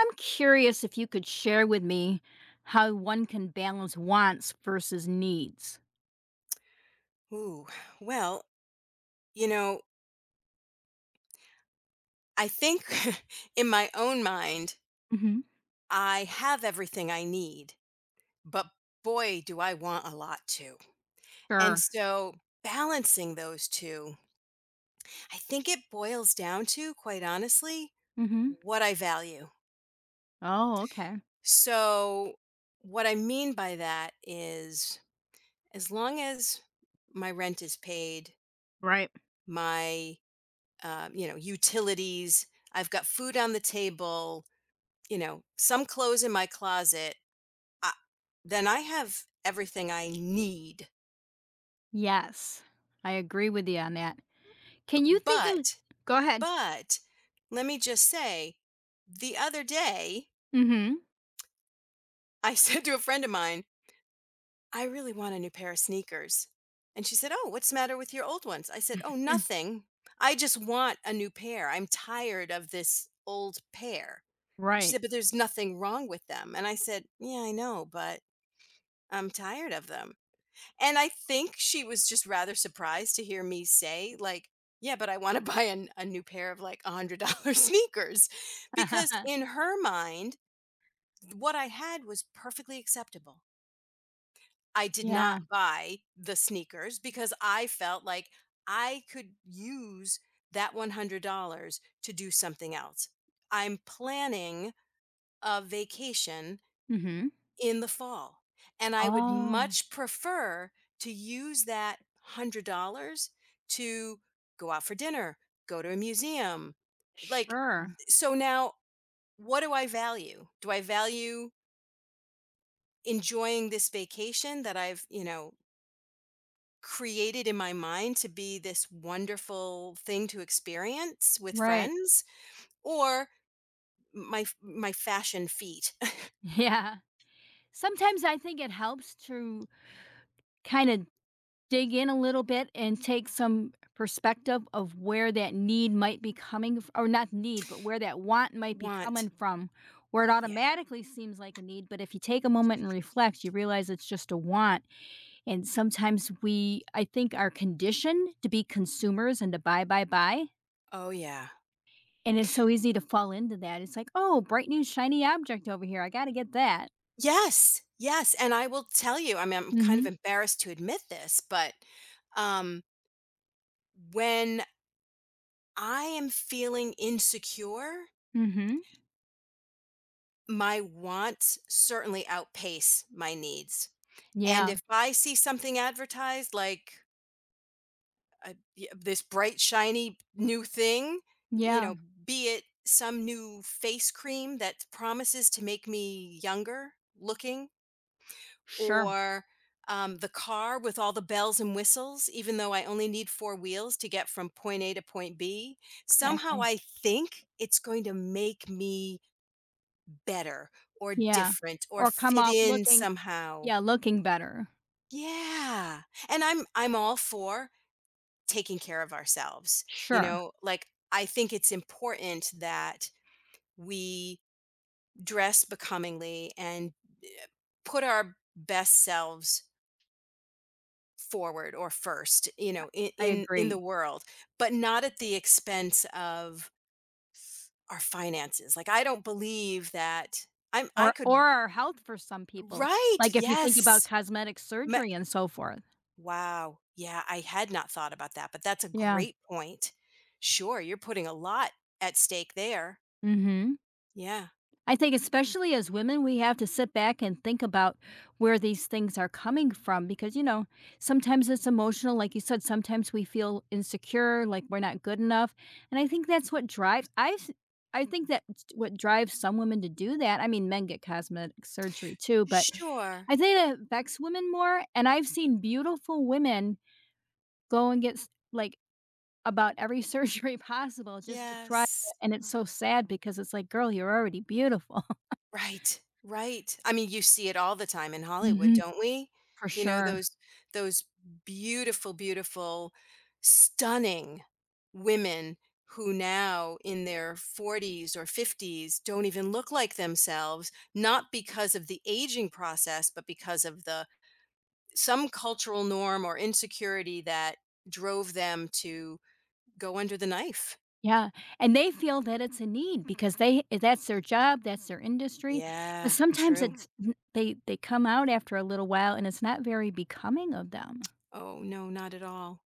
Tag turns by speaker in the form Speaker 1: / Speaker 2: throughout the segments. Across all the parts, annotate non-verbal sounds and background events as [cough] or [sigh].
Speaker 1: I'm curious if you could share with me how one can balance wants versus needs.
Speaker 2: Ooh, well, you know, I think [laughs] in my own mind,
Speaker 1: Hmm.
Speaker 2: I have everything I need, but boy, do I want a lot too. And
Speaker 1: Sure.
Speaker 2: so balancing those two, I think it boils down to, quite honestly,
Speaker 1: Mhm.
Speaker 2: what I value.
Speaker 1: Oh, okay.
Speaker 2: So, what I mean by that is as long as my rent is paid,
Speaker 1: Right.
Speaker 2: my, you know, utilities, I've got food on the table, you know, some clothes in my closet, I, then I have everything I need.
Speaker 1: Yes, I agree with you on that.
Speaker 2: B-
Speaker 1: Can you think of—
Speaker 2: But,
Speaker 1: Go ahead.
Speaker 2: but let me just say, the other day
Speaker 1: Mhm.
Speaker 2: I [laughs] said to a friend of mine, I really want a new pair of sneakers. And she said, Oh, what's the matter with your old ones? I said, Oh,
Speaker 1: [laughs]
Speaker 2: nothing. I just want a new pair. I'm tired of this old pair. And she
Speaker 1: Right.
Speaker 2: said, But there's nothing wrong with them. And I said, Yeah, I know, but I'm tired of them. And I think she was just rather surprised to hear me say, like, yeah, but I want to [laughs] buy a new pair of like $100 [laughs] sneakers. Because in
Speaker 1: [laughs]
Speaker 2: her mind, what I had was perfectly acceptable. I did
Speaker 1: Yeah.
Speaker 2: not buy the sneakers because I felt like I could use that $100 to do something else. I'm planning a vacation
Speaker 1: Mhm.
Speaker 2: in the fall. And I would
Speaker 1: Oh,
Speaker 2: much prefer to use that $100 to go out for dinner, go to a museum. Like,
Speaker 1: sure.
Speaker 2: so now what do I value? Do I value enjoying this vacation that I've, you know, created in my mind to be this wonderful thing to experience with
Speaker 1: Right.
Speaker 2: friends or my fashion feet
Speaker 1: [laughs] Yeah. Sometimes I think it helps to kind of dig in a little bit and take some perspective of where that need might be coming f or not need, but where that want
Speaker 2: [laughs]
Speaker 1: might be coming
Speaker 2: want.
Speaker 1: from, where it
Speaker 2: Yeah.
Speaker 1: automatically seems like a need, but if you take a moment and reflect, you realize it's just a want, and sometimes we, I think, are conditioned to be consumers and to buy, buy, buy,
Speaker 2: Oh yeah.
Speaker 1: and it's so easy to fall into that. It's like, "Oh, bright new shiny object over here. I gotta get that."
Speaker 2: Yes, yes, and I will tell you, I mean, I'm kind of
Speaker 1: Mhm.
Speaker 2: embarrassed to admit this, but, um, when I am feeling insecure,
Speaker 1: Mhm.
Speaker 2: my wants certainly outpace my needs, and
Speaker 1: Yeah.
Speaker 2: if I see something advertised like, y this bright, shiny new thing, you
Speaker 1: Yeah.
Speaker 2: know, be it some new face cream that promises to make me younger looking
Speaker 1: Sure.
Speaker 2: or the car with all the bells and whistles, even though I only need four wheels to get from point A to point B, somehow
Speaker 1: Exactly.
Speaker 2: I think it's going to make me better or
Speaker 1: Yeah,
Speaker 2: different or
Speaker 1: or come
Speaker 2: fit
Speaker 1: off
Speaker 2: in
Speaker 1: looking,
Speaker 2: somehow.
Speaker 1: yeah, looking better.
Speaker 2: Yeah. And I'm all for taking care of ourselves. You
Speaker 1: Sure,
Speaker 2: know, like I think it's important that we dress becomingly and eh, put our best selves forward or first, you know, in
Speaker 1: I
Speaker 2: in in
Speaker 1: agree.
Speaker 2: the world, but not at the expense of our finances. Like I don't believe that I could.
Speaker 1: Or our health for some people,
Speaker 2: Right.
Speaker 1: like, if you think about
Speaker 2: Yes.
Speaker 1: cosmetic
Speaker 2: Ma-
Speaker 1: surgery and so forth.
Speaker 2: wow. Yeah, I had not thought about that, but that's a
Speaker 1: Yeah,
Speaker 2: great point. Sure, you're putting a lot at stake there.
Speaker 1: mhm.
Speaker 2: Yeah.
Speaker 1: I think especially as women, we have to sit back and think about where these things are coming from because, you know, sometimes it's emotional, like you said, sometimes we feel insecure, like we're not good enough, and I think that's what drives some women to do that. I mean, men get cosmetic surgery too, but
Speaker 2: Sure.
Speaker 1: I think it affects women more, and I've seen beautiful women go and get s like, about every [laughs] surgery possible just to try it,
Speaker 2: Yes.
Speaker 1: and it's so sad because it's like, "Girl, you're already beautiful." [laughs]
Speaker 2: Right, right. I mean, you see it all the time in Hollywood,
Speaker 1: Mhm.
Speaker 2: don't we?
Speaker 1: For
Speaker 2: You know,
Speaker 1: sure.
Speaker 2: those beautiful, beautiful, stunning women who now in their 40s or 50s don't even look like themselves, not because of the aging process, but because of the some cultural norm or insecurity that drove them to go under the knife.
Speaker 1: Yeah, and they feel that it's a need because they that's their job, that's their industry, but
Speaker 2: Yeah,
Speaker 1: sometimes
Speaker 2: true.
Speaker 1: it's n they come out after a little while, and it's not very becoming of them.
Speaker 2: Oh, no, not at all.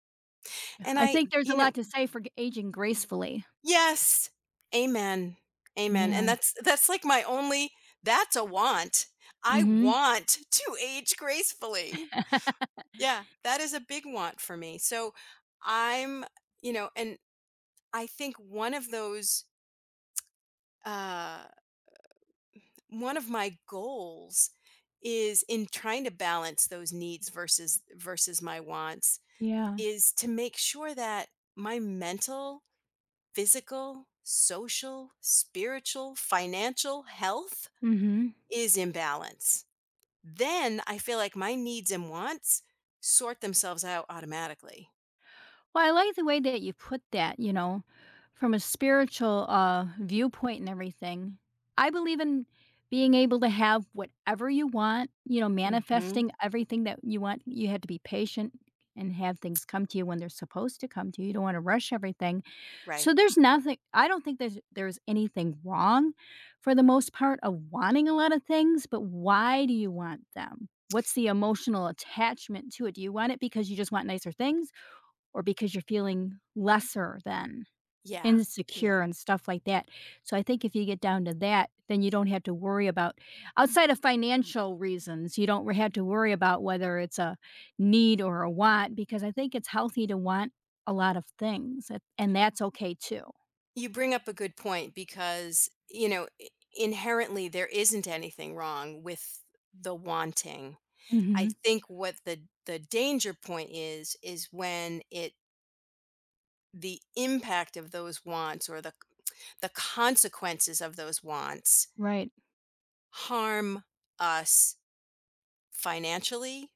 Speaker 2: And
Speaker 1: I
Speaker 2: I,
Speaker 1: think there's a
Speaker 2: you know.
Speaker 1: lot to say for g aging gracefully.
Speaker 2: Yes. Amen. Amen. And
Speaker 1: Yeah.
Speaker 2: that's like my only that's a want. I
Speaker 1: Mhm.
Speaker 2: want to age gracefully.
Speaker 1: [laughs]
Speaker 2: Yeah, that is a big want for me. So I'm, you know, and I think one of those uh one of my goals is in trying to balance those needs versus my wants
Speaker 1: Yeah.
Speaker 2: is to make sure that my mental physical, social, spiritual, financial health
Speaker 1: Mhm.
Speaker 2: is in balance. Then I feel like my needs and wants sort themselves out automatically.
Speaker 1: Well, I like the way that you put that, you know, from a spiritual viewpoint and everything. I believe in being able to have whatever you want, you know,
Speaker 2: Hmm.
Speaker 1: manifesting everything that you want. You have to be patient and have things come to you when they're supposed to come to you. You don't want to rush everything. So
Speaker 2: Right.
Speaker 1: there's nothing I don't think there's anything wrong for the most part of wanting a lot of things, but why do you want them? What's the emotional attachment to it? Do you want it because you just want nicer things? Or because you're feeling lesser than,
Speaker 2: Yeah.
Speaker 1: insecure
Speaker 2: Yeah.
Speaker 1: and stuff like that. So I think if you get down to that, then you don't have to worry about— outside of financial reasons, you don't have to worry about whether it's a need or a want because I think it's healthy to want a lot of things and that's okay too.
Speaker 2: You bring up a good point because, you know, inherently there isn't anything wrong with the wanting. I
Speaker 1: Mhm.
Speaker 2: think what the danger point is when it the impact of those wants or the consequences of those wants
Speaker 1: Right.
Speaker 2: harm us financially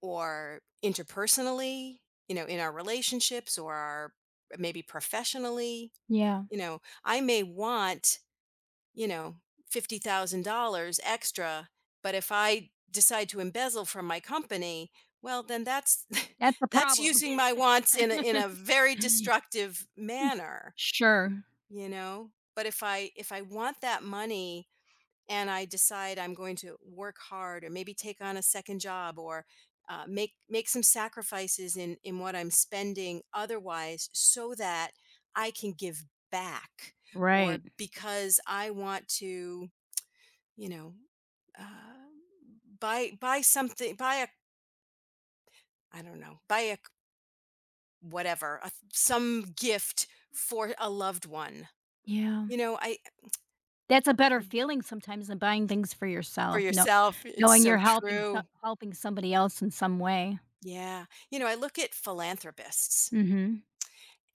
Speaker 2: or interpersonally, you know, in our relationships or our maybe professionally.
Speaker 1: Yeah.
Speaker 2: You know, I may want, you know, $50,000 extra, but if I decide to embezzle from my company, well, then that's
Speaker 1: That's the
Speaker 2: [laughs] that's
Speaker 1: problem.
Speaker 2: using my wants in in a very
Speaker 1: [laughs]
Speaker 2: destructive manner,
Speaker 1: Sure.
Speaker 2: you know? But if I want that money and I decide I'm going to work hard or maybe take on a second job or make some sacrifices in what I'm spending otherwise so that I can give back or
Speaker 1: Right.
Speaker 2: because I want to, you know, uh, buy something, buy a, I don't know, buy a whatever some gift for a loved one,
Speaker 1: Yeah.
Speaker 2: you know I.
Speaker 1: That's a better feeling sometimes than buying things for
Speaker 2: For
Speaker 1: yourself. No,
Speaker 2: yourself, it's
Speaker 1: knowing you're
Speaker 2: so true.
Speaker 1: helping somebody else in some way.
Speaker 2: Yeah, you know, I look at philanthropists
Speaker 1: Mhm.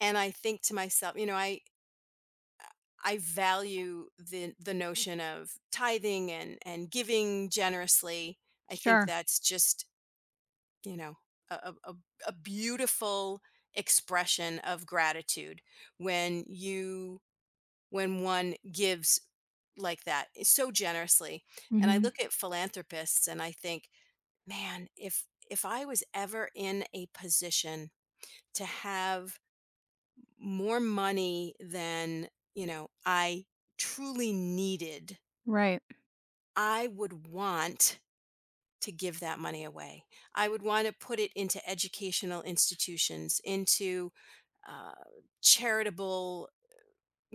Speaker 2: and I think to myself, you know, I. I value the notion of tithing and giving generously. I think
Speaker 1: Sure.
Speaker 2: that's just, you know, a a, a a beautiful expression of gratitude when you when one gives like that, so generously. And I
Speaker 1: Mhm.
Speaker 2: look at philanthropists and I think, man, if I was ever in a position to have more money than, you know, I truly needed,
Speaker 1: Right.
Speaker 2: I would want to give that money away. I would want to put it into educational institutions, into uh, charitable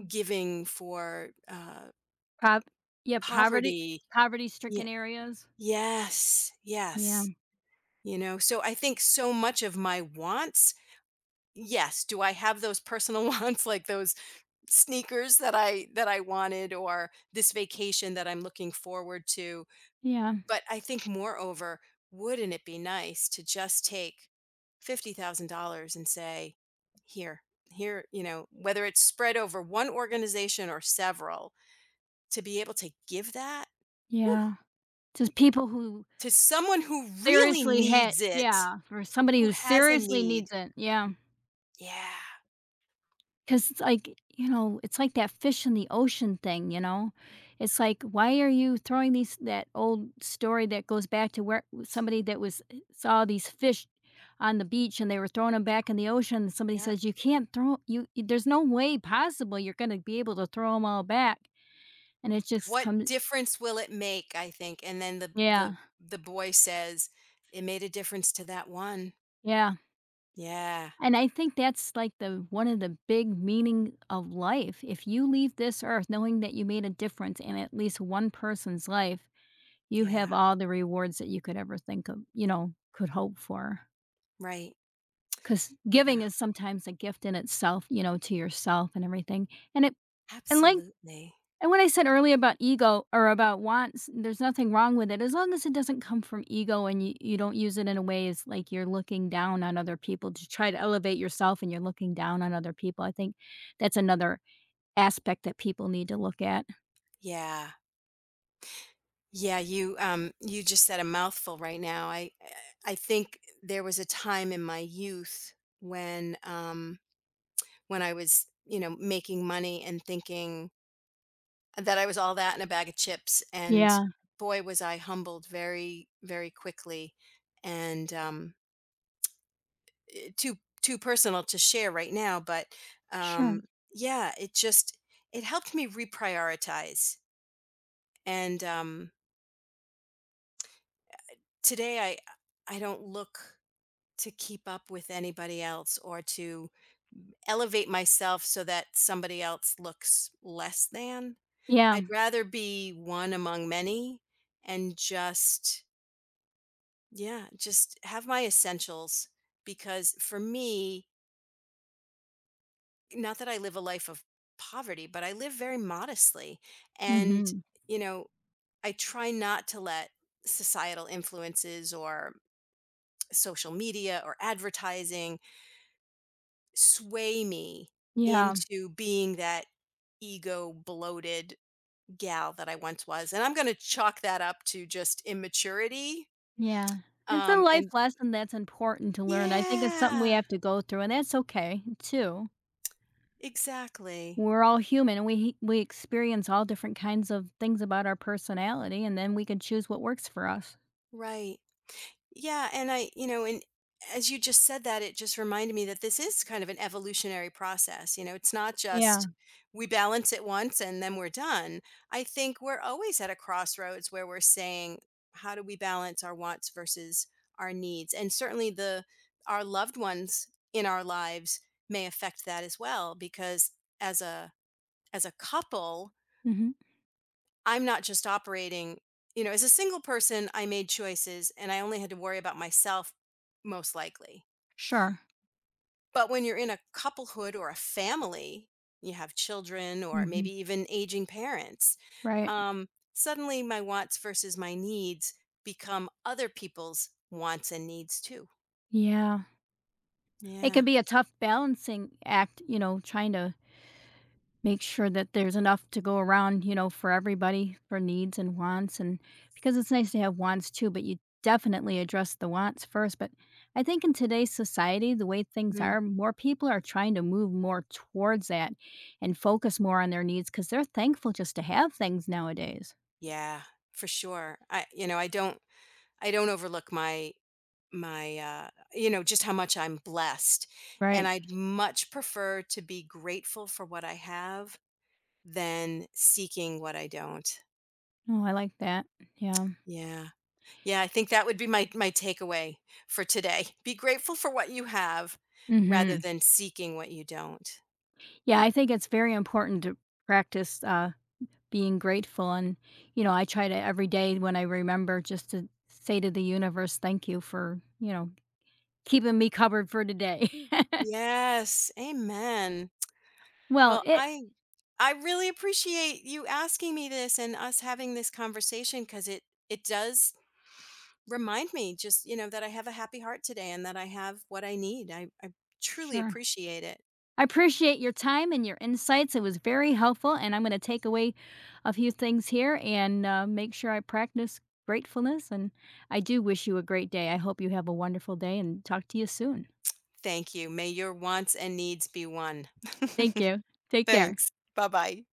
Speaker 2: giving for
Speaker 1: Prov Yeah, poverty,
Speaker 2: poverty. Yeah.
Speaker 1: poverty-stricken areas.
Speaker 2: Yes.
Speaker 1: Yeah.
Speaker 2: Yes. You know, so I think so much of my wants, yes. Do I have those personal [laughs] wants, like those sneakers that I wanted or this vacation that I'm looking forward to.
Speaker 1: Yeah.
Speaker 2: But I think moreover, wouldn't it be nice to just take $50,000 and say, here, here, you know, whether it's spread over one organization or several, to be able to give that, whew,
Speaker 1: Yeah. Just people who
Speaker 2: to someone who really
Speaker 1: seriously had
Speaker 2: needs it,
Speaker 1: yeah, for somebody
Speaker 2: who
Speaker 1: who
Speaker 2: has a
Speaker 1: seriously
Speaker 2: need.
Speaker 1: needs it, yeah.
Speaker 2: Yeah.
Speaker 1: 'Cause it's like, you know, it's like that fish in the ocean thing, you know? It's like, why are you throwing these that old story that goes back to where somebody that was saw these fish on the beach and they were throwing them back in the ocean, and somebody
Speaker 2: Yeah.
Speaker 1: says, "You can't throw there's no way possible you're gonna be able to throw them all back," and it just
Speaker 2: What
Speaker 1: comes—
Speaker 2: difference will it make, I think, and then the
Speaker 1: Yeah,
Speaker 2: the the boy says it made a difference to that one.
Speaker 1: yeah,
Speaker 2: Yeah.
Speaker 1: and I think that's, like, the one of the big meaning of life. If you leave this earth knowing that you made a difference in at least one person's life, you
Speaker 2: Yeah.
Speaker 1: have all the rewards that you could ever think of, you know, could hope for.
Speaker 2: Right.
Speaker 1: Because giving
Speaker 2: Wow.
Speaker 1: is sometimes a gift in itself, you know, to yourself and everything, and it and like,
Speaker 2: Absolutely.
Speaker 1: and what I said earlier about ego or about wants, there's nothing wrong with it as long as it doesn't come from ego and you don't use it in a way, it's like you're looking down on other people to try to elevate yourself and you're looking down on other people. I think that's another aspect that people need to look at.
Speaker 2: Yeah, yeah, you you just said a mouthful right now. I think there was a time in my youth when um when I was, you know, making money and thinking that I was all that in a bag of chips, and
Speaker 1: Yeah,
Speaker 2: boy was I humbled very, very quickly. And too personal to share right now, but um
Speaker 1: sure.
Speaker 2: yeah, it just, it helped me reprioritize. And today I don't look to keep up with anybody else or to elevate myself so that somebody else looks less than.
Speaker 1: Yeah.
Speaker 2: I'd rather be one among many and just, yeah, just have my essentials, because for me, not that I live a life of poverty, but I live very modestly. And,
Speaker 1: Mhm.
Speaker 2: you know, I try not to let societal influences or social media or advertising sway me
Speaker 1: Yeah.
Speaker 2: into being that ego bloated gal that I once was. And I'm going to chalk that up to just immaturity.
Speaker 1: Yeah. It's a
Speaker 2: And
Speaker 1: life lesson that's important to learn. I think it's something we
Speaker 2: yeah,
Speaker 1: have to go through, and that's okay too.
Speaker 2: exactly.
Speaker 1: We're all human and we experience all different kinds of things about our personality and then we can choose what works for us.
Speaker 2: Right. Yeah, and I, you know, and as you just said that, it just reminded me that this is kind of an evolutionary process. You know, it's not
Speaker 1: Yeah.
Speaker 2: just we balance it once and then we're done. I think we're always at a crossroads where we're saying, how do we balance our wants versus our needs? And certainly the our loved ones in our lives may affect that as well because as a couple,
Speaker 1: Mhm.
Speaker 2: I'm not just operating, you know, as a single person, I made choices and I only had to worry about myself, most likely.
Speaker 1: Sure.
Speaker 2: But when you're in a couplehood or a family, you have children or maybe
Speaker 1: Mhm.
Speaker 2: even aging parents,
Speaker 1: Right.
Speaker 2: um, suddenly my wants versus my needs become other people's wants and needs too.
Speaker 1: Yeah. It
Speaker 2: Yeah.
Speaker 1: can be a tough balancing act, you know, trying to make sure that there's enough to go around, you know, for everybody for needs and wants and because it's nice to have wants too, but you definitely address the wants first, but I think in today's society, the way things
Speaker 2: Mm.
Speaker 1: are, more people are trying to move more towards that and focus more on their needs because 'cause they're thankful just to have things nowadays.
Speaker 2: Yeah, for sure. I, you know, I don't overlook my you know just how much I'm blessed, and
Speaker 1: Right.
Speaker 2: I'd much prefer to be grateful for what I have than seeking what I don't.
Speaker 1: Oh, I like that. Yeah.
Speaker 2: Yeah. Yeah, I think that would be my takeaway for today. [laughs] Be grateful for what you have rather
Speaker 1: Mhm.
Speaker 2: than seeking what you don't.
Speaker 1: Yeah, I think it's very important to practice, being grateful and, you know, I try to every day when I remember just to say to the universe, thank you for, you know, keeping me covered for today. [laughs]
Speaker 2: Yes, amen.
Speaker 1: Well,
Speaker 2: Well,
Speaker 1: it—
Speaker 2: I really appreciate you asking me this and us having this conversation, because it does remind me just, you know, that I have a happy heart today and that I have what I need. I truly
Speaker 1: Sure,
Speaker 2: appreciate it.
Speaker 1: I appreciate your time and your insights. It was very helpful, and I'm going to take away a few things here and, make sure I practice gratefulness. And I do wish you a great day. I hope you have a wonderful day and talk to you soon.
Speaker 2: Thank you. May your wants and needs be one.
Speaker 1: Thank you.
Speaker 2: [laughs]
Speaker 1: Take care.
Speaker 2: Thanks. Bye bye.